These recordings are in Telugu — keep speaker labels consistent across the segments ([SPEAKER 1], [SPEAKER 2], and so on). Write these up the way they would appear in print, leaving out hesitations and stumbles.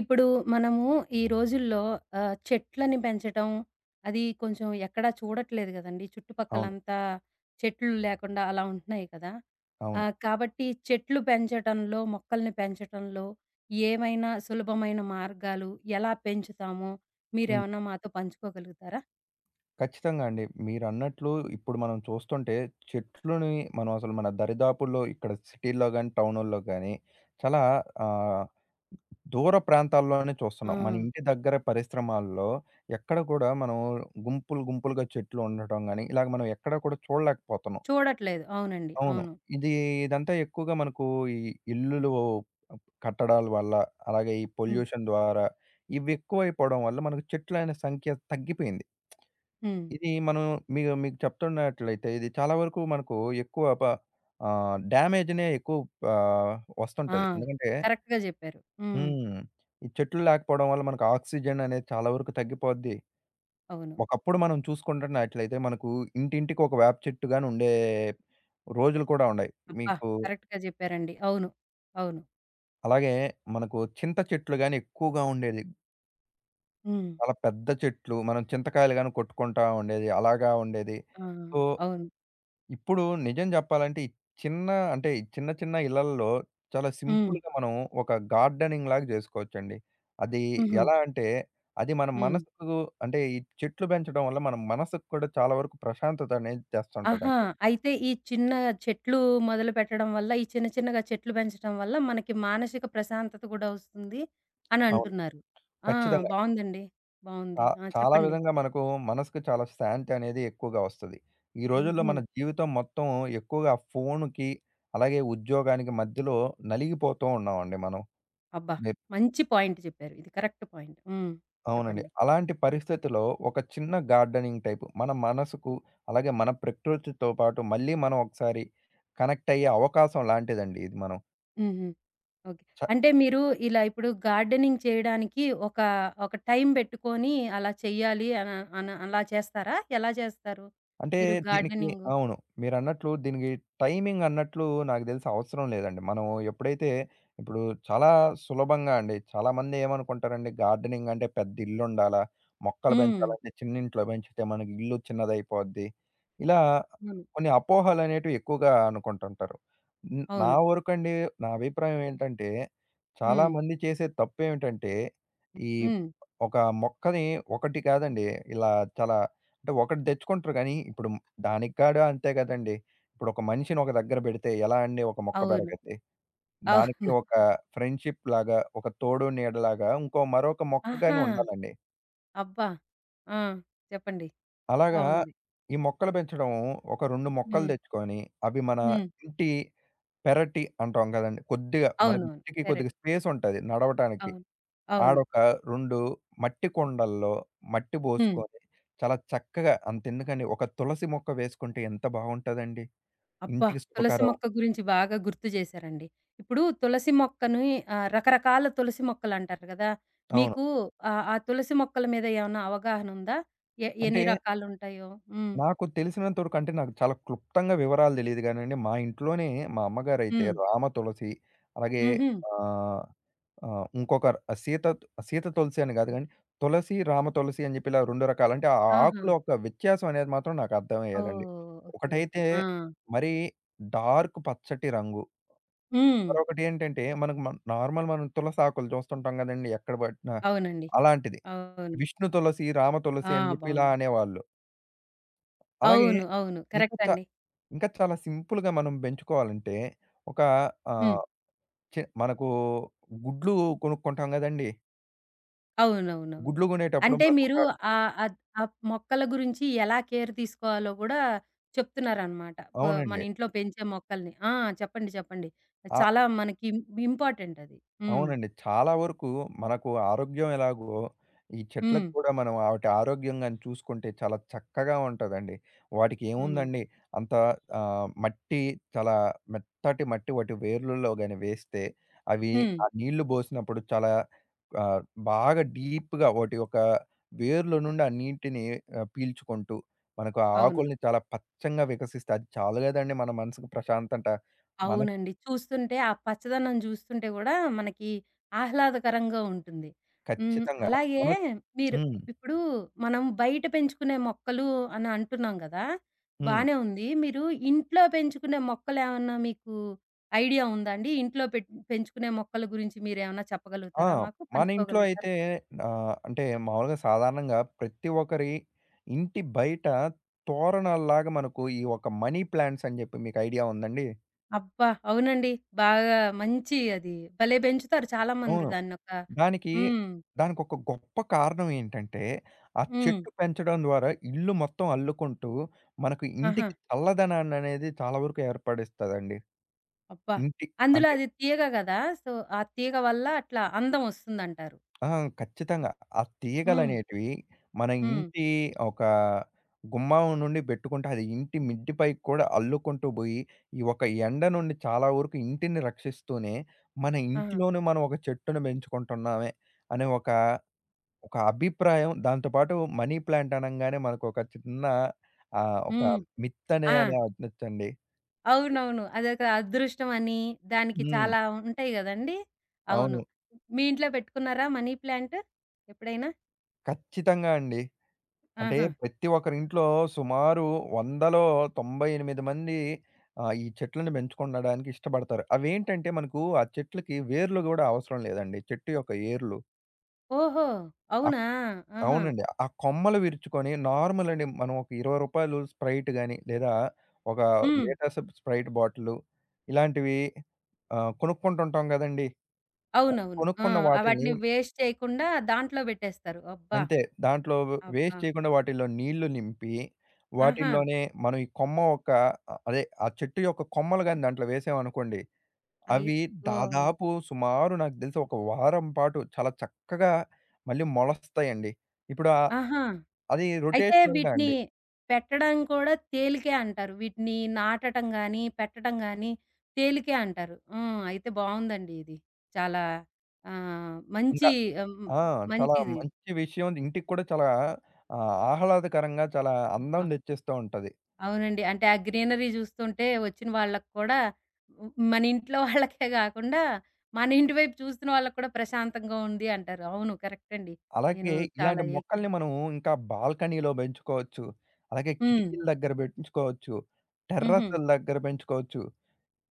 [SPEAKER 1] ఇప్పుడు మనము ఈ రోజుల్లో చెట్లని పెంచటం, అది కొంచెం ఎక్కడా చూడట్లేదు గదండీ.
[SPEAKER 2] అవును.
[SPEAKER 1] చుట్టుపక్కలంతా చెట్లు లేకుండా అలా ఉంటున్నాయి కదా!
[SPEAKER 2] అవును.
[SPEAKER 1] కాబట్టి చెట్లు పెంచటంలో, మొక్కల్ని పెంచటంలో ఏమైనా సులభమైన మార్గాలు ఎలా పెంచుతామో
[SPEAKER 2] హ్మ్.
[SPEAKER 1] మీరేమన్నా మాతో పంచుకోగలుగుతారా?
[SPEAKER 2] ఖచ్చితంగా అండి. మీరన్నట్లు ఇప్పుడు మనం చూస్తుంటే చెట్లుని మనం అసలు మన దరిదాపుల్లో ఇక్కడ సిటీ‌ల్లో గాని, టౌనుల్లో గాని చాలా ఆహ్, దూర ప్రాంతాల్లోనే
[SPEAKER 1] ఆ!
[SPEAKER 2] చూస్తున్నాం. మన ఇంటి దగ్గర పరిశ్రమాల్లో ఎక్కడ కూడా మనం గుంపులు, గుంపులుగా చెట్లు ఉండటం గాని, ఇలాగ మనం ఎక్కడ కూడా చూడలేకపోతున్నాం.
[SPEAKER 1] చూడట్లేదు. అవునండి.
[SPEAKER 2] అవును.
[SPEAKER 1] అవును.
[SPEAKER 2] ఇది ఇదంతా ఎక్కువగా మనకు ఈ ఇల్లులు కట్టడాల వల్ల, అలాగే ఈ
[SPEAKER 1] హ్మ్.
[SPEAKER 2] పొల్యూషన్ ద్వారా ఇవి ఎక్కువైపోవడం వల్ల మనకు చెట్లు అనే సంఖ్య తగ్గిపోయింది.
[SPEAKER 1] హ్మ్.
[SPEAKER 2] ఇది మనం మీకు మీకు చెప్తున్నట్లయితే ఇది చాలా వరకు మనకు ఎక్కువ డ్యామేజ్‌నే ఎక్కువ ఆహ్,
[SPEAKER 1] ఆ!
[SPEAKER 2] వస్తుంటది. ఎందుకంటే
[SPEAKER 1] కరెక్ట్‌గా జెప్పారు. హ్మ్.
[SPEAKER 2] హ్మ్. ఈ చెట్లు లేకపోవడం వల్ల మనకు ఆక్సిజన్ అనేది చాలా వరకు తగ్గిపోద్ది.
[SPEAKER 1] అవును.
[SPEAKER 2] ఒకప్పుడు మనం చూసుకుంటున్నట్లయితే మనకు ఇంటింటికి ఒక వేప చెట్టు గాని ఉండే రోజులు కూడా ఉన్నాయి.
[SPEAKER 1] అబ్బా!
[SPEAKER 2] మీకు
[SPEAKER 1] కరెక్ట్‌గా జెప్పారండి. అవును. అవును.
[SPEAKER 2] అలాగే మనకు చింత చెట్లు గాని ఎక్కువగా ఉండేది.
[SPEAKER 1] హ్మ్.
[SPEAKER 2] చాలా పెద్ద చెట్లు. మనం చింతకాయలు గాని కొట్టుకుంటా ఉండేది. అలాగా ఉండేది.
[SPEAKER 1] ఆ!
[SPEAKER 2] సో
[SPEAKER 1] అవును.
[SPEAKER 2] ఇప్పుడు నిజం జెప్పాలంటే, చిన్న ఈ చిన్న చిన్న ఇళ్లల్లో చాలా
[SPEAKER 1] హ్మ్.
[SPEAKER 2] సింపుల్‌గా మనం ఒక గార్డెనింగ్ లాగా జేసుకోవచ్చండి. అది
[SPEAKER 1] హుహు.
[SPEAKER 2] ఎలా అంటే, అది మన
[SPEAKER 1] హ్మ్.
[SPEAKER 2] మనసుకు అంటే, ఈ చెట్లు పెంచడం వల్ల మన మనసుకు కూడా చాలా వరకు ప్రశాంతత అనేది
[SPEAKER 1] ఆహా!
[SPEAKER 2] తెస్తుంటదండి.
[SPEAKER 1] అయితే ఈ చిన్న చెట్లు మొదలుపెట్టడం వల్ల, ఈ చిన్న చిన్నగా చెట్లు పెంచడం వల్ల మనకి మానసిక ప్రశాంతత కూడా వస్తుంది అని
[SPEAKER 2] అవును.
[SPEAKER 1] అంటున్నారు. ఆ!
[SPEAKER 2] ఖచ్చితంగా.
[SPEAKER 1] బావుందండి. బావుంది.
[SPEAKER 2] చా
[SPEAKER 1] ఆ!
[SPEAKER 2] చాలా
[SPEAKER 1] చెప్పండి.
[SPEAKER 2] విధంగా మనకు మనసుకు చాలా శాంతి అనేది ఎక్కువగా వస్తది. ఈ రోజుల్లో
[SPEAKER 1] హుహు.
[SPEAKER 2] మన జీవితం మొత్తం ఎక్కువగా ఫోనుకి, అలాగే ఉద్యోగానికి మధ్యలో నలిగిపోతూ ఉన్నామండి మనం.
[SPEAKER 1] అబ్బా! మంచి పాయింట్ చెప్పారు. ఇది కరెక్ట్ పాయింట్. హ్మ్.
[SPEAKER 2] అవునండి.
[SPEAKER 1] చెప్పండి.
[SPEAKER 2] అలాంటి పరిస్థితిలో ఒక చిన్న గార్డెనింగ్ టైపు మన మనసుకు, అలాగే మన ప్రకృతితో పాటు మళ్ళీ మనం ఒకసారి కనెక్ట్ అయ్యే అవకాశం లాంటిదండి ఇది మనం.
[SPEAKER 1] హుహు. ఓకే. అంటే మీరు ఇలా ఇప్పుడు గార్డెనింగ్ చేయడానికి ఒక, ఒక టైం పెట్టుకొని అలా చెయ్యాలి అన అన అలా చేస్తారా? ఎలా చేస్తారు?
[SPEAKER 2] అంటే
[SPEAKER 1] మీరు
[SPEAKER 2] దీనికి
[SPEAKER 1] గార్డెనింగు?
[SPEAKER 2] అవును. మీరన్నట్లు దీనికి టైమింగ్ అన్నట్లు నాకు తెలిసి అవసరం లేదండి. మనం ఎప్పుడైతే ఇప్పుడు చాలా సులభంగా అండి. చాలామంది ఏమనుకుంటారండి గార్డెనింగ్ అంటే పెద్ద ఇల్లుండాలా, మొక్కలు
[SPEAKER 1] హ్మ్.
[SPEAKER 2] పెంచాలంటే చిన్నింట్లో పెంచితే మనకి ఇల్లు చిన్నదైపోద్ది. ఇలా
[SPEAKER 1] అవును.
[SPEAKER 2] కొన్ని అపోహలనేటివి ఎక్కువగా అనుకుంటుంటారు. హ్మ్.
[SPEAKER 1] అవును.
[SPEAKER 2] నా అభిప్రాయం ఏంటంటే,
[SPEAKER 1] హ్మ్.
[SPEAKER 2] చాలామంది చేసే తప్పేమిటంటే, ఈ
[SPEAKER 1] హ్మ్.
[SPEAKER 2] ఒక మొక్కని ఒకటి కాదండి ఇలా చాలా అంటే ఒకటి తెచ్చుకుంటారు గానీ, ఇప్పుడు దానికి కాడా అంతే గదండీ. ఇప్పుడు ఒక మనిషిని ఒక దగ్గర బెడితే ఎలా అండి ఒక మొక్క
[SPEAKER 1] అవును.
[SPEAKER 2] బెరగద్ది. దానికి
[SPEAKER 1] అవును.
[SPEAKER 2] ఒక ఫ్రెండ్‌షిప్‌లాగా, ఒక తోడు నీడలాగా మరొక మొక్క
[SPEAKER 1] ఆహా!
[SPEAKER 2] గాని ఉండాలండి.
[SPEAKER 1] అబ్బా! ఆ! చెప్పండి.
[SPEAKER 2] అలాగా
[SPEAKER 1] బావుంది.
[SPEAKER 2] ఈ మొక్కలు పెంచడం ఒక 2 మొక్కలు
[SPEAKER 1] హ్మ్.
[SPEAKER 2] తెచ్చుకొని, అవి మన
[SPEAKER 1] హ్మ్.
[SPEAKER 2] ఇంటి పెరటి అంటాం గదండీ. కొద్దిగా మనకి
[SPEAKER 1] అవునవును.
[SPEAKER 2] ఇంటికి కొద్దిగా
[SPEAKER 1] పెరటి.
[SPEAKER 2] స్పేస్ ఉంటది నడవటానికి.
[SPEAKER 1] అవును. అవును.
[SPEAKER 2] ఆడొక 2 మట్టి కుండల్లో మట్టి
[SPEAKER 1] హ్మ్.
[SPEAKER 2] బోసుకొని, చాలా చక్కగా అంతెందుకండి, ఒక తులసి మొక్క వేసుకుంటే ఎంత బావుంటదండి!
[SPEAKER 1] అబ్బా!
[SPEAKER 2] ఇంటికి
[SPEAKER 1] తులసి
[SPEAKER 2] శుభకరం.
[SPEAKER 1] మొక్క గురించి బాగా గుర్తు చేశారండి. ఇప్పుడు తులసి మొక్కని రకరకాల తులసి మొక్కలంటారు కదా!
[SPEAKER 2] అవును.
[SPEAKER 1] మీకు ఆ తులసి మొక్కల మీద ఏమన్నా అవగాహన ఉందా?
[SPEAKER 2] అంటే
[SPEAKER 1] ఎన్ని రకాలుంటాయో? హ్మ్.
[SPEAKER 2] నాకు తెలిసినంత వరకు అంటే, నాకు చాలా క్లుప్తంగా వివరాలు తెలీదు గానండి. మా ఇంట్లోనే మా అమ్మగారైతే
[SPEAKER 1] హ్మ్.
[SPEAKER 2] రామ తులసి, అలాగే
[SPEAKER 1] హుహు.
[SPEAKER 2] ఆహ్, ఆహ్, సీత సీత తులసి అని గాదు గానీ, తులసి, రామ తులసి అని జెప్పి ఇలా 2 రకాలు. అంటే ఆ
[SPEAKER 1] ఆహా!
[SPEAKER 2] ఆకుల యొక్క వ్యత్యాసం అనేది మాత్రం నాకు అర్థమయ్యేదండి.
[SPEAKER 1] ఓహ్! ఓకే. ఓకే.
[SPEAKER 2] ఒకటైతే
[SPEAKER 1] ఆ!
[SPEAKER 2] మరీ డార్క్ పచ్చటి రంగు.
[SPEAKER 1] హ్మ్.
[SPEAKER 2] మరొకటేంటంటే మనకు నార్మల్ మనం తులసి ఆకులు చూస్తుంటాం గదండీ ఎక్కడ పట్టినా.
[SPEAKER 1] అవునండి.
[SPEAKER 2] అలాంటిది.
[SPEAKER 1] అవును.
[SPEAKER 2] విష్ణు తులసి, రామ తులసి
[SPEAKER 1] ఆ!
[SPEAKER 2] అని జెప్పి ఇలా
[SPEAKER 1] బావుంది.
[SPEAKER 2] అనేవాళ్ళు. అలాగే
[SPEAKER 1] అవును. అవును.
[SPEAKER 2] ఇంకా
[SPEAKER 1] కరెక్ట్
[SPEAKER 2] చ
[SPEAKER 1] అండి.
[SPEAKER 2] ఇంకా చాలా సింపుల్‌గా మనం పెంచుకోవాలంటే, ఒక
[SPEAKER 1] హ్మ్.
[SPEAKER 2] ఆహ్, చె మనకు గుడ్లు కొనుక్కుంటాం కదండీ!
[SPEAKER 1] అవునవునవును.
[SPEAKER 2] గుడ్లు కొనేటప్పుడు
[SPEAKER 1] అంటే మీరు
[SPEAKER 2] మనకొక
[SPEAKER 1] ఆహ్, అద్ ఆ మొక్కల గురించి ఎలా కేర్ తీసుకోవాలో గూడా చెప్తున్నారనమాట. మన
[SPEAKER 2] అవునండి.
[SPEAKER 1] ఇంట్లో పెంచే మొక్కల్ని. ఆ! చెప్పండి. చెప్పండి.
[SPEAKER 2] ఆ
[SPEAKER 1] చాలా మనకి ఇంపార్టెంట్ అది. హ్మ్.
[SPEAKER 2] అవునండి. చాలా వరకు మనకు ఆరోగ్యం ఎలాగో, ఈ
[SPEAKER 1] హ్మ్.
[SPEAKER 2] చెట్లకు కూడా మనం వాటి ఆరోగ్యం గాని చూసుకుంటే చాలా చక్కగా ఉంటదండి. వాటికి
[SPEAKER 1] హ్మ్.
[SPEAKER 2] ఏముందండి అంత ఆహ్, మట్టి చాలా మెత్తటి మట్టి వాటి వేర్లులో గాని వేస్తే, అవి
[SPEAKER 1] హ్మ్.
[SPEAKER 2] ఆ నీళ్లు బోసినప్పుడు చాలా ఆహ్, బాగా డీప్‌గా వాటి యొక్క వేర్ల నుండి ఆ నీటిని పీల్చుకుంటూ, మనకు ఆ
[SPEAKER 1] అవును.
[SPEAKER 2] ఆకుల్ని చాలా పచ్చంగా వికసిస్తే అది చాలు గదండీ మన మనసుకు ప్రశాంతత. మనకు
[SPEAKER 1] అవునండి. చూస్తుంటే ఆ పచ్చదనం జూస్తుంటే గూడా మనకి ఆహ్లాదకరంగా ఉంటుంది. హ్మ్.
[SPEAKER 2] ఖచ్చితంగా
[SPEAKER 1] అలాగే
[SPEAKER 2] మన
[SPEAKER 1] మీరు
[SPEAKER 2] హ్మ్.
[SPEAKER 1] ఇప్పుడు మనం బయట పెంచుకునే మొక్కలు అని అంటున్నాం గదా!
[SPEAKER 2] హ్మ్.
[SPEAKER 1] బానే ఉంది. మీరు ఇంట్లో పెంచుకునే మొక్కలేమన్నా మీకు ఐడియా ఉందా అండి? ఇంట్లో పెంచుకునే మొక్కల గురించి మీరేమన్నా
[SPEAKER 2] ఆ!
[SPEAKER 1] చెప్పగలుగుతారా మాకు?
[SPEAKER 2] మన ఇంట్లో
[SPEAKER 1] పంచుకోగలుగుతారా?
[SPEAKER 2] అయితే అంటే మామూలుగా సాధారణంగా ప్రతి ఒక్కరి ఇంటి బయట తోరణాల్లాగా మనకు ఈ ఒక మనీ ప్లాంట్స్ అని చెప్పి మీకు ఐడియా ఉందండి?
[SPEAKER 1] అబ్బా! అవునండి. బాగా మంచి అది. భలే పెంచుతారు చాలా మంది
[SPEAKER 2] అవును.
[SPEAKER 1] దాన్నొక
[SPEAKER 2] దానికి
[SPEAKER 1] హ్మ్.
[SPEAKER 2] దానికొక గొప్ప కారణం ఏంటంటే, ఆ
[SPEAKER 1] హ్మ్.
[SPEAKER 2] చెట్టు పెంచడం ద్వారా ఇల్లు మొత్తం అల్లుకుంటూ మనకు
[SPEAKER 1] ఆహా!
[SPEAKER 2] ఇంటికి చల్లదనాన్ని అనేది చాలా వరకు ఏర్పడిస్తదండి.
[SPEAKER 1] అబ్బా!
[SPEAKER 2] ఇంటి
[SPEAKER 1] అందులో
[SPEAKER 2] అంటే
[SPEAKER 1] అది తీగ గదా! సో, ఆ తీగ వల్ల అట్లా అందం ఒస్తుందంటారు.
[SPEAKER 2] ఆ! ఖచ్చితంగా. ఆ
[SPEAKER 1] హ్మ్.
[SPEAKER 2] తీగలనేటివి మన
[SPEAKER 1] హ్మ్.
[SPEAKER 2] ఇంటి ఒక గుమ్మం నుండి బెట్టుకుంటే, అది ఇంటి మిద్ది పైకి కూడా అల్లుకుంటూ బోయి, ఈ ఒక ఎండ నుండి చాలా వరకు ఇంటిని రక్షిస్తూనే, మన
[SPEAKER 1] ఆహా!
[SPEAKER 2] ఇంట్లోనే మనం ఒక చెట్టును బెంచుకుంటున్నామే అనే ఒక అభిప్రాయం. దాంతో పాటు మనీ ప్లాంట్ అనంగానే మనకొక చిన్న ఒక
[SPEAKER 1] హ్మ్.
[SPEAKER 2] మిత్తనే
[SPEAKER 1] ఆ!
[SPEAKER 2] అని అనొచ్చండి.
[SPEAKER 1] అవునవును. అదొక అదృష్టం అని, దానికి
[SPEAKER 2] హ్మ్.
[SPEAKER 1] చాలా ఉంటాయి గదండీ! అవును.
[SPEAKER 2] అవును.
[SPEAKER 1] మీ ఇంట్లో పెట్టుకున్నారా మనీ ప్లాంట్ ఎప్పుడైనా?
[SPEAKER 2] ఖచ్చితంగా అండి. అంటే
[SPEAKER 1] ఆహా!
[SPEAKER 2] ప్రతి ఒక్కరి ఇంట్లో సుమారు 100లో 98 మంది ఈ చెట్లను పెంచుకుండడానికి ఇష్టపడతారు. అవేంటంటే మనకు ఆ చెట్లకి వేర్లు గూడా అవసరం లేదండి. చెట్టు యొక్క ఏర్లు
[SPEAKER 1] ఓహో!
[SPEAKER 2] అప్
[SPEAKER 1] అవునా? ఆహా!
[SPEAKER 2] అవునండి. ఆ కొమ్మలు విరుచుకొని నార్మల్ అండి మనం ఒక రూ. 20 స్ప్రైట్ గాని, లేదా ఒక
[SPEAKER 1] హ్మ్.
[SPEAKER 2] లీటర్స్ స్ప్రైట్ బాటిలు ఇలాంటివి కొనుక్కుంటుంటాం గదండీ!
[SPEAKER 1] అవునవును. ఆ!
[SPEAKER 2] కొనుక్కున్న
[SPEAKER 1] ఆ
[SPEAKER 2] వాటిల్ని
[SPEAKER 1] వాటిని వేస్ట్ చేయకుండా దాంట్లో బెట్టేస్తారు. అబ్బా!
[SPEAKER 2] అంతే. దాంట్లో
[SPEAKER 1] అబ్బా!
[SPEAKER 2] వేస్ట్ చేయకుండా వాటిల్లో నీళ్లు నింపి,
[SPEAKER 1] ఆహా!
[SPEAKER 2] వాటిల్లోనే మనం ఈ కొమ్మ ఒక అదే ఆ చెట్టు యొక్క కొమ్మలు గాని దాంట్లో వేసామనుకోండి,
[SPEAKER 1] అయి
[SPEAKER 2] అవి
[SPEAKER 1] ఓహ్!
[SPEAKER 2] దాదాపు సుమారు నాకు తెలిసి ఒక వారం పాటు చాలా చక్కగా మళ్ళీ మొలస్తాయండి. ఇప్పుడు
[SPEAKER 1] ఆహా!
[SPEAKER 2] అది
[SPEAKER 1] అయితే
[SPEAKER 2] రొటేషనల్‌గా
[SPEAKER 1] వీటిని
[SPEAKER 2] అండి.
[SPEAKER 1] పెట్టడం కూడా తేలికే అంటారు. వీటిని నాటటం గాని, పెట్టటం గాని తేలికే అంటారు. హ్మ్. అయితే బావుందండి ఇది. చాలా
[SPEAKER 2] ఇంకా
[SPEAKER 1] మంచి హ్మ్.
[SPEAKER 2] ఆ! చాలా
[SPEAKER 1] మంచిది.
[SPEAKER 2] మంచి విషయం. ఇంటికి కూడా చాలా ఆహ్లాదకరంగా చాలా
[SPEAKER 1] అబ్బా!
[SPEAKER 2] అందం తెచ్చేస్తూ ఉంటది.
[SPEAKER 1] అవునండి. అంటే ఆ గ్రీనరీ జూస్తుంటే వచ్చిన వాళ్ళకి కూడా హ్మ్. మన ఇంట్లో వాళ్ళకే గాకుండా మన ఇంటి వైపు చూస్తున్న వాళ్ళకి కూడా ప్రశాంతంగా ఉంది అంటారు. అవును. కరెక్ట్ అండి. నేను
[SPEAKER 2] అలాగే
[SPEAKER 1] చాలా
[SPEAKER 2] ఇలాంటి మొక్కల్ని మనం ఇంకా బాల్కనీలో పెంచుకోవచ్చు. అలాగే
[SPEAKER 1] హ్మ్.
[SPEAKER 2] కిటికీల దగ్గర పెంచుకోవచ్చు.
[SPEAKER 1] హుహు.
[SPEAKER 2] టెర్రస్‌ల దగ్గర పెంచుకోవచ్చు.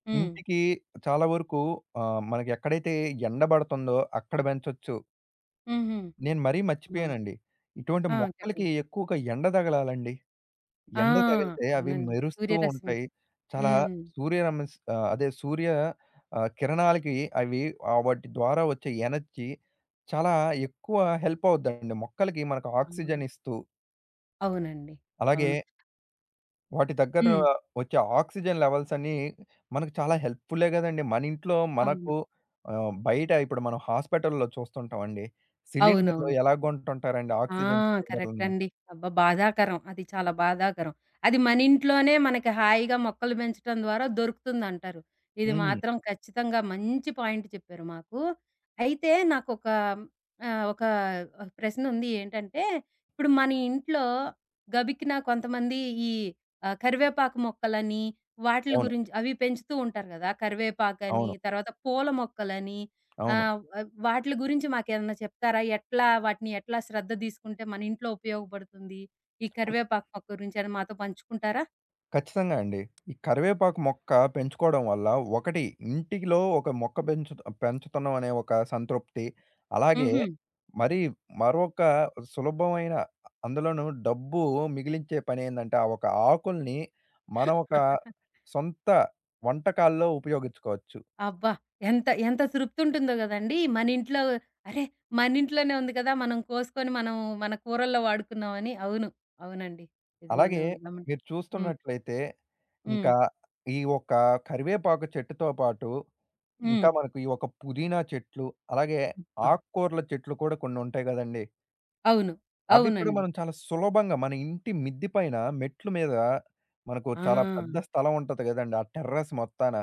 [SPEAKER 1] హ్మ్.
[SPEAKER 2] ఇంటికి చాలా వరకు మనకి ఎక్కడైతే ఎండ పడుతుందో అక్కడ పెంచొచ్చు.
[SPEAKER 1] హుహు.
[SPEAKER 2] నేను మరీ
[SPEAKER 1] అవును.
[SPEAKER 2] మర్చిపోయానండి. ఇటువంటి
[SPEAKER 1] ఆ!
[SPEAKER 2] మొక్కలకి
[SPEAKER 1] చెప్పండి.
[SPEAKER 2] ఎక్కువగా ఎండ తగలాలండి.
[SPEAKER 1] ఆ!
[SPEAKER 2] ఎండ తగిలితే అవి
[SPEAKER 1] అవునండి.
[SPEAKER 2] మెరుస్తూ
[SPEAKER 1] 'సూర్యరశ్మి'.
[SPEAKER 2] ఉంటాయి. చాలా
[SPEAKER 1] హ్మ్.
[SPEAKER 2] సూర్యరమస్ అదే సూర్య కిరణాలకి అవి వాటి ద్వారా వచ్చే ఎనర్జీ చాలా ఎక్కువ హెల్ప్ అవుద్దండి. మొక్కలకి మనకు
[SPEAKER 1] అవును.
[SPEAKER 2] ఆక్సిజన్ ఇస్తూ,
[SPEAKER 1] అవునండి.
[SPEAKER 2] అలాగే
[SPEAKER 1] అవును.
[SPEAKER 2] వాటి దగ్గర
[SPEAKER 1] హ్మ్.
[SPEAKER 2] వచ్చే ఆక్సిజన్ లెవెల్స్ అన్నీ మనకు చాలా హెల్ప్‌ఫుల్లే గదండీ. మన ఇంట్లో
[SPEAKER 1] అవును.
[SPEAKER 2] మనకు బయట ఇప్పుడు మనం హాస్పిటల్‌లో చూస్తుంటామండి. సిలిండర్‌లు
[SPEAKER 1] అవునవును.
[SPEAKER 2] ఎలా కొంటుంటారండి
[SPEAKER 1] ఆ!
[SPEAKER 2] ఆక్సిజన్
[SPEAKER 1] కరెక్ట్
[SPEAKER 2] సిలిండర్‌లని.
[SPEAKER 1] అండి. అబ్బా! బాధాకరం. అది చాలా బాధాకరం. అది మనింట్లోనే మనకి హాయిగా మొక్కలు పెంచటం ద్వారా దొరుకుతుందంటారు. ఇది
[SPEAKER 2] హ్మ్.
[SPEAKER 1] మాత్రం ఖచ్చితంగా మంచి పాయింట్ చెప్పారు మాకు. అయితే నాకొక ఒక ప్రశ్నుంది ఏంటంటే, ఇప్పుడు మన ఇంట్లో గబికిన కొంతమంది ఈ కరివేపాకు మొక్కలని వాటిల
[SPEAKER 2] అవును.
[SPEAKER 1] గురించి అవి పెంచుతూ ఉంటారు గదా! కరివేపాకని,
[SPEAKER 2] అవును.
[SPEAKER 1] తర్వాత పూల మొక్కలని ఆ!
[SPEAKER 2] అవును.
[SPEAKER 1] వాటిలి గురించి మాకేమన్నా చెప్తారా? ఎట్లా వాటిని ఎట్లా శ్రద్ధ తీసుకుంటే మన ఇంట్లో ఉపయోగపడుతుంది? ఈ కరివేపాకు మొక్క గురించి అని మాతో పంచుకుంటారా?
[SPEAKER 2] ఖచ్చితంగా అండి. ఈ కరివేపాకు మొక్క పెంచుకోవడం వల్ల ఒకటి ఇంటిలో ఒక మొక్క పెంచుతున్నాం అనే ఒక సంతృప్తి. అలాగే
[SPEAKER 1] హుహు.
[SPEAKER 2] మరి మరొక సులభమైన అందులోనూ డబ్బు మిగిలించే పనేందంటే ఆ ఒక ఆకుల్ని మన ఒక సొంత వంటకాల్లో ఉపయోగించుకోవచ్చు.
[SPEAKER 1] అబ్బా! ఎంత ఎంత తృప్తుంటుందో గదండీ! మన ఇంట్లో అరే! మన ఇంట్లోనే ఉంది కదా! మనం కోసుకొని మనం మన కూరల్లో వాడుకున్నామని. అవును. అవునండి. ఇది
[SPEAKER 2] అలాగే
[SPEAKER 1] నేను
[SPEAKER 2] మీరు
[SPEAKER 1] హ్మ్.
[SPEAKER 2] చూస్తున్నట్లయితే
[SPEAKER 1] హ్మ్.
[SPEAKER 2] ఇంకా ఈ ఒక్క కరివేపాకు చెట్టుతో పాటు
[SPEAKER 1] హ్మ్.
[SPEAKER 2] ఇంకా మనకు ఈ ఒక పుదీనా చెట్లు, అలాగే
[SPEAKER 1] అబ్బా!
[SPEAKER 2] ఆకుకూరల చెట్లు కూడా కొన్నుంటాయి గదండీ!
[SPEAKER 1] అవును.
[SPEAKER 2] అవి కూడా
[SPEAKER 1] అవునండి.
[SPEAKER 2] మనం చాలా సులభంగా మన ఇంటి మిద్ది పైన మెట్లు మీద మనకు
[SPEAKER 1] ఆ!
[SPEAKER 2] చాలా పెద్ద స్థలం ఉంటది గదండీ! ఆ టెర్రస్ మొత్తాన.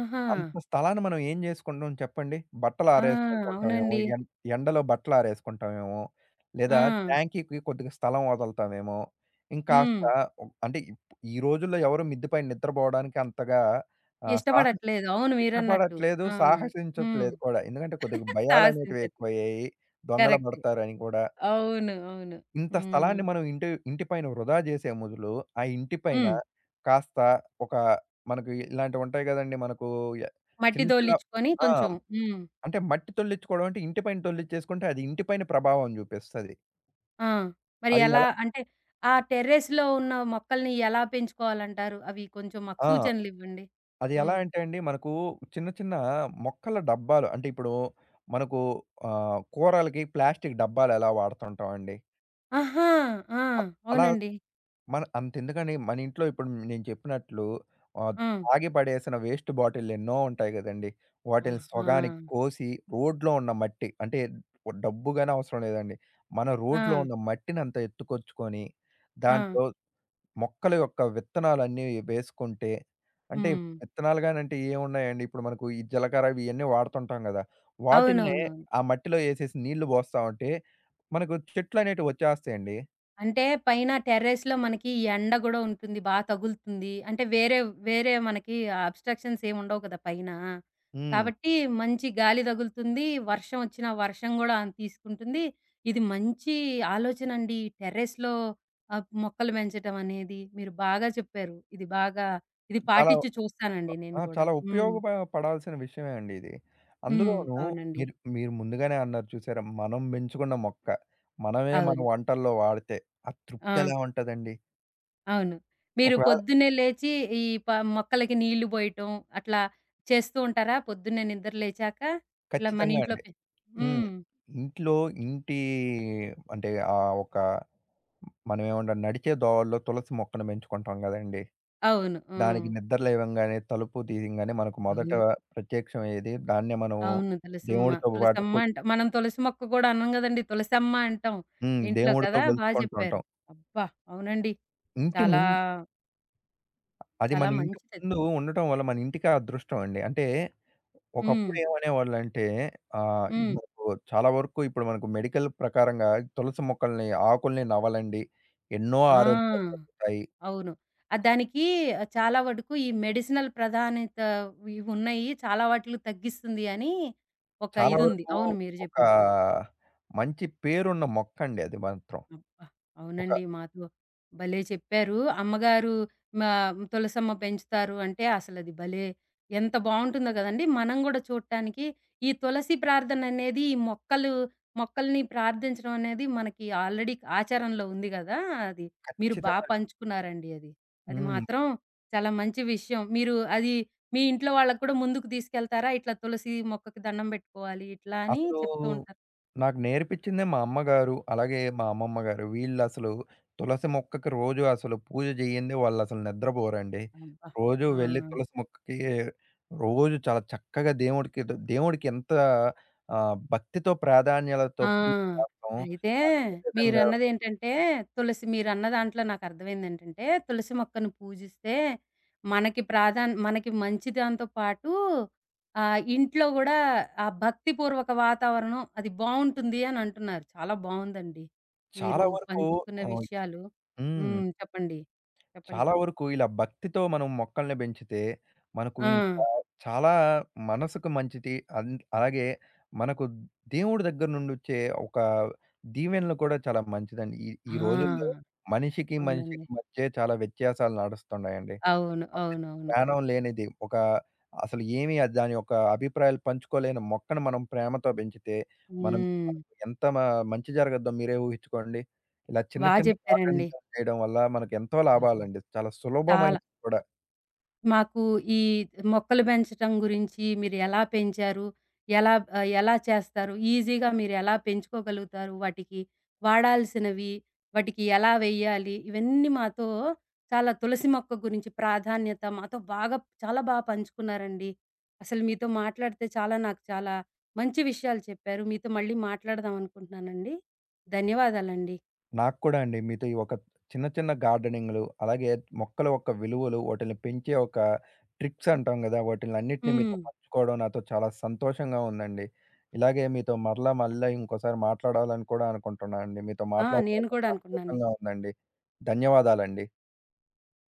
[SPEAKER 1] ఆహా!
[SPEAKER 2] అంత స్థలాన్ని మనం ఏం జేసుకుంటాం చెప్పండి? బట్టలు
[SPEAKER 1] ఆ!
[SPEAKER 2] ఆరేసుకుంటుంటామేమో,
[SPEAKER 1] అవునండి.
[SPEAKER 2] ఎండలో బట్టలు ఆరేసుకుంటామేమో, లేదా
[SPEAKER 1] ఆ!
[SPEAKER 2] ట్యాంకీకి కొద్దిగా స్థలం వదులుతామేమో,
[SPEAKER 1] హ్మ్.
[SPEAKER 2] ఇంకాస్త అంటే ఈ రోజుల్లో ఎవరు మిద్ది పైన నిద్రబోవడానికి అంతగా ఆహ్, సాహ
[SPEAKER 1] ఇష్టపడట్లేదు. అవును మీరన్నట్టు.
[SPEAKER 2] ఇష్టపడట్లేదు.
[SPEAKER 1] ఆ! హ్మ్.
[SPEAKER 2] సాహసించట్లేదు కూడా. ఎందుకంటే కొద్దిగా భయాలనేటివి
[SPEAKER 1] సాహసించట్లే.
[SPEAKER 2] ఎక్కువయ్యాయి. దొంగలు
[SPEAKER 1] కరెక్టే.
[SPEAKER 2] పడతారని కూడా.
[SPEAKER 1] అవును. అవును.
[SPEAKER 2] ఇంత
[SPEAKER 1] హ్మ్.
[SPEAKER 2] స్థలాన్ని మనం ఇంటి ఇంటి పైన వృధా చేసే మొదులు, ఆ ఇంటి పైన
[SPEAKER 1] హ్మ్.
[SPEAKER 2] కాస్త ఒక మనకు ఇలాంటివుంటాయి గదండీ! మనకు య
[SPEAKER 1] మట్టి
[SPEAKER 2] చిన్న చిన్న
[SPEAKER 1] దోలిచ్చుకొని
[SPEAKER 2] ఆ!
[SPEAKER 1] కొంచెం హ్మ్.
[SPEAKER 2] అంటే మట్టి తొల్లించుకోవడం అంటే ఇంటి పైన తొల్లిచ్చేసుకుంటే అది ఇంటి పైన ప్రభావం జూపిస్తది.
[SPEAKER 1] ఆ! మరి
[SPEAKER 2] అది
[SPEAKER 1] ఎలా
[SPEAKER 2] ఎలా
[SPEAKER 1] అంటే ఆ టెర్రస్‌లో ఉన్న మొక్కల్ని ఎలా పెంచుకోవాలంటారు? అవి కొంచెం మాకు
[SPEAKER 2] ఆ!
[SPEAKER 1] సూచనలివ్వండి.
[SPEAKER 2] అది ఎలా
[SPEAKER 1] హ్మ్.
[SPEAKER 2] అంటే అండి మనకు చిన్న చిన్న మొక్కల డబ్బాలు అంటే ఇప్పుడు మనకు కూరలకి ప్లాస్టిక్ డబ్బాలెలా వాడుతుంటామండి.
[SPEAKER 1] ఆహా! ఆ!
[SPEAKER 2] అ అలా
[SPEAKER 1] అవునండి.
[SPEAKER 2] మన అంతెందుకని మన ఇంట్లో ఇప్పుడు నేను చెప్పినట్లు ఆహ్,
[SPEAKER 1] ఆ!
[SPEAKER 2] తాగి పడేసిన వేస్ట్ బాటిల్లు ఎన్నో ఉంటాయి గదండీ! వాటిల్ని
[SPEAKER 1] ఆహా!
[SPEAKER 2] సగానికి కోసి రోడ్లో ఉన్న మట్టి అంటే డబ్బు గాని అవసరం లేదండి. మన
[SPEAKER 1] ఆ!
[SPEAKER 2] రోడ్లో ఉన్న మట్టినంతా ఎత్తుకొచ్చుకొని
[SPEAKER 1] ఆ!
[SPEAKER 2] దాంట్లో మొక్కల యొక్క విత్తనాలన్నీ వేసుకుంటే అంటే
[SPEAKER 1] హ్మ్.
[SPEAKER 2] విత్తనాలు గానంటే ఏమున్నాయండి? ఇప్పుడు మనకు ఈ జీలకర్ర ఇయన్నీ వాడుతుంటాం గదా! వాటిల్నే
[SPEAKER 1] అవునవునవును.
[SPEAKER 2] ఆ మట్టిలో ఏసేసి నీళ్లు బోస్తా ఉంటే మనకు చెట్లనేటివి వచ్చేస్తాయండి.
[SPEAKER 1] అంటే పైన టెర్రస్‌లో మనకి ఈ ఎండ గూడా ఉంటుంది. బా తగులుతుంది. అంటే వేరే మనకి అబ్‌స్ట్రక్షన్స్ ఏమి ఉండవు కదా పైన.
[SPEAKER 2] హ్మ్.
[SPEAKER 1] కాబట్టి మంచి గాలి తగులుతుంది. వర్షం వచ్చినా వర్షం గూడా తీసుకుంటుంది. ఇది మంచి ఆలోచనండి. టెర్రస్‌లో మొక్కలు పెంచటం అనేది. మీరు బాగా చెప్పారు. ఇది
[SPEAKER 2] చాలా
[SPEAKER 1] పాటించి చూస్తానండి నేను
[SPEAKER 2] ఆ!
[SPEAKER 1] గూడా.
[SPEAKER 2] చాలా
[SPEAKER 1] హ్మ్.
[SPEAKER 2] ఉపయోగప పడాల్సిన విషయమే అండి ఇది.
[SPEAKER 1] హ్మ్.
[SPEAKER 2] అందులోనూ
[SPEAKER 1] అవునండి.
[SPEAKER 2] మీరు మీరు ముందుగానే అన్నారు చూసారా? మనం పెంచుకున్న మొక్క, మనమే మన
[SPEAKER 1] అవును.
[SPEAKER 2] వంటల్లో వాడితే ఆ
[SPEAKER 1] ఆ!
[SPEAKER 2] తృప్తి ఎలా ఉంటదండి?
[SPEAKER 1] అవును. మీరు
[SPEAKER 2] ఒకవేళ
[SPEAKER 1] పొద్దున్నే లేచి ఈ మొక్కలకి నీళ్లు పోయటం అట్లా చేస్తూ ఉంటారా? పొద్దున్నే నిద్ర లేచాక ఇట్లా మన
[SPEAKER 2] ఖచ్చితంగా
[SPEAKER 1] ఇంట్లో
[SPEAKER 2] అండి. హ్మ్.
[SPEAKER 1] హ్మ్.
[SPEAKER 2] ఇంట్లో ఇంటి అంటే ఒక మనం ఏమంటాం నడిచే దోవల్లో తులసి మొక్కను పెంచుకుంటాం గదండీ!
[SPEAKER 1] అవును. హ్మ్.
[SPEAKER 2] దానికి నిద్ర లేవంగానే, తలుపు తీయంగానే మనకు మొదట
[SPEAKER 1] అవును.
[SPEAKER 2] ప్రత్యక్షం ఏది? దాన్నే మనం
[SPEAKER 1] అవును. తులసమ్మ.
[SPEAKER 2] దేవుడితో పాటు
[SPEAKER 1] తులసమ్మ అంట మనం తులసి మొక్క కూడా అనం గదండీ! తులసమ్మ అంటాం ఇంట్లో
[SPEAKER 2] దేవుడితో
[SPEAKER 1] కదా! బా జెప్పారు.
[SPEAKER 2] కొలుచుకుంటుంటాం.
[SPEAKER 1] అబ్బా! అవునండి.
[SPEAKER 2] ఇంటి
[SPEAKER 1] చాలా
[SPEAKER 2] ముం అది
[SPEAKER 1] చాలా
[SPEAKER 2] మన ఇంటి
[SPEAKER 1] మంచిదది.
[SPEAKER 2] ముందు ఉండటం వల్ల మన ఇంటికే అదృష్టం అండి. అంటే
[SPEAKER 1] హ్మ్.
[SPEAKER 2] ఒకప్పుడు ఏమనేవాళ్ళంటే ఆహ్,
[SPEAKER 1] హ్మ్.
[SPEAKER 2] మనకు చాలా వరకు ఇప్పుడు మనకు మెడికల్ ప్రకారంగా తులసి మొక్కల్ని, ఆకుల్ని నమలండి. ఎన్నో
[SPEAKER 1] ఆ!
[SPEAKER 2] ఆరోగ్యాలు తగ్గుతాయి.
[SPEAKER 1] అవును. దానికి చాలా వరకు ఈ మెడిసినల్ ప్రాధాన్యత ఇవున్నాయి. చాలా వాటిలో తగ్గిస్తుంది అని ఒక
[SPEAKER 2] చాలా
[SPEAKER 1] ఇదుంది.
[SPEAKER 2] వరకు
[SPEAKER 1] అవును మీరు
[SPEAKER 2] ఒక
[SPEAKER 1] చెప్పింది.
[SPEAKER 2] మంచి పేరున్న మొక్కండి అది మాత్రం.
[SPEAKER 1] అబ్బా!
[SPEAKER 2] ఒక
[SPEAKER 1] అవునండి. మాతో భలే చెప్పారు. అమ్మగారు మా తులసమ్మ పెంచుతారు అంటే అసలది భలే ఎంత బావుంటుందో గదండీ! మనం గూడా చూడటానికి ఈ తులసి ప్రార్థననేది ఈ మొక్కలు మొక్కల్ని ప్రార్థించడం అనేది మనకి ఆల్రెడీ ఆచారంలో ఉంది గదా! అది మీరు బా
[SPEAKER 2] ఖచ్చితంగా
[SPEAKER 1] పంచుకున్నారండి అది. అది
[SPEAKER 2] హ్మ్.
[SPEAKER 1] మాత్రం చాలా మంచి విషయం. మీరు అది మీ ఇంట్లో వాళ్ళకి కూడా ముందుకు తీసుకెళ్తారా? ఇట్లా తులసి మొక్కకి దండం బెట్టుకోవాలి ఇట్లా అని
[SPEAKER 2] అసలు
[SPEAKER 1] చెప్తూ ఉంటారు.
[SPEAKER 2] నాకు నేర్పించిందే మా అమ్మగారు, అలాగే మా అమ్మమ్మ గారు. వీళ్ళసలు తులసి మొక్కకి రోజు అసలు పూజ చేయందే వాళ్ళసలు నిద్రపోరండి.
[SPEAKER 1] అబ్బా!
[SPEAKER 2] రోజు
[SPEAKER 1] ఆ!
[SPEAKER 2] వెళ్లి తులసి మొక్కకి రోజు చాలా చక్కగా దేవుడికి దేవుడికి ఎంత భక్తితో ప్రాధాన్యాలతో
[SPEAKER 1] ఆ!
[SPEAKER 2] పూజ చేస్తాం.
[SPEAKER 1] అయితే
[SPEAKER 2] అదేవిధంగా
[SPEAKER 1] మీరన్నదేంటంటే, మీరన్న దాంట్లో నాకర్థమైందేంటంటే, తులసి మొక్కను పూజిస్తే మనకి మనకి మంచి దాంతో పాటు ఇంట్లో గూడా ఆ భక్తిపూర్వక వాతావరణం అది బావుంటుంది అనంటున్నారు. చాలా బావుందండి. మీరు
[SPEAKER 2] చాలా వరకు
[SPEAKER 1] పంచుకున్న
[SPEAKER 2] ఆహ్
[SPEAKER 1] విషయాలు
[SPEAKER 2] హ్మ్.
[SPEAKER 1] హ్మ్. చెప్పండి. చెప్పండి.
[SPEAKER 2] చాలా వరకు ఇలా భక్తితో మనం మొక్కల్ని పెంచితే, మనకు
[SPEAKER 1] ఆ!
[SPEAKER 2] ఇంకా చాలా మనసుకు మంచిది. అలాగే మనకు దేవుడి దగ్గర నుండొచ్చే ఒక దీవెనలు కూడా చాలా మంచిదండి. ఈ ఈ రోజుల్లో
[SPEAKER 1] ఆ!
[SPEAKER 2] మనిషికి,
[SPEAKER 1] అవునండి.
[SPEAKER 2] మనిషికి మధ్యే చాలా వ్యత్యాసాలు నడుస్తున్నాయండి.
[SPEAKER 1] అవును.
[SPEAKER 2] వంటిది,
[SPEAKER 1] అవునవును.
[SPEAKER 2] ప్రాణం లేనిది. ఒక అసలు ఏమి అది దాని యొక్క అభిప్రాయాలు పంచుకోలేని మొక్కను మనం ప్రేమతో పెంచితే, మనం
[SPEAKER 1] హ్మ్.
[SPEAKER 2] మనకు ఎంత మంచి జరగద్దో మీరే ఊహించుకోండి. ఇలా చిన్న
[SPEAKER 1] బా
[SPEAKER 2] చిన్న
[SPEAKER 1] జెప్పారండి.
[SPEAKER 2] గార్డెనింగ్ చేయడం వల్ల మనకెంతో
[SPEAKER 1] యాహ్!
[SPEAKER 2] లాభాలండి. చాలా
[SPEAKER 1] చాలా
[SPEAKER 2] సులభమైనది కూడా.
[SPEAKER 1] మాకు ఈ మొక్కలు పెంచటం గురించి మీరు ఎలా పెంచారు? ఎలా చేస్తారు? ఈజీగా మీరు ఎలా పెంచుకోగలుగుతారు? వాటికి వాడాల్సినవి, వాటికి ఎలా వెయ్యాలి? ఇవన్నీ మాతో చాలా తులసి మొక్క గురించి ప్రాధాన్యత మాతో బాగా చాలా బా పంచుకున్నారండి. అసలు మీతో మాట్లాడితే చాలా నాకు చాలా మంచి విషయాలు చెప్పారు. మీతో మళ్ళీ మాట్లాడదాం అనుకుంటున్నానండి. ధన్యవాదాలండి.
[SPEAKER 2] నాకు కూడా అండి. మీతో ఈ ఒక చిన్న, చిన్న గార్డెనింగ్‌లు, అలాగే మొక్కల యొక్క విలువలు, వాటిల్ని పెంచే ఒక ట్రిక్స్ అంటాం గదా! వాటిలన్నిటిని మీతో
[SPEAKER 1] హ్మ్.
[SPEAKER 2] పంచుకోవడం నాతో చాలా సంతోషంగా ఉందండి. ఇలాగే మీతో మరలా, మరలా ఇంకోసారి మాట్లాడాలని కూడా అనుకుంటున్నానండి. మీతో
[SPEAKER 1] ఆ!
[SPEAKER 2] మాట్లాడడం
[SPEAKER 1] నేను
[SPEAKER 2] నాకు
[SPEAKER 1] కూడా అనుకున్నాను.
[SPEAKER 2] సంతోషంగా ఉందండి. ధన్యవాదాలండి.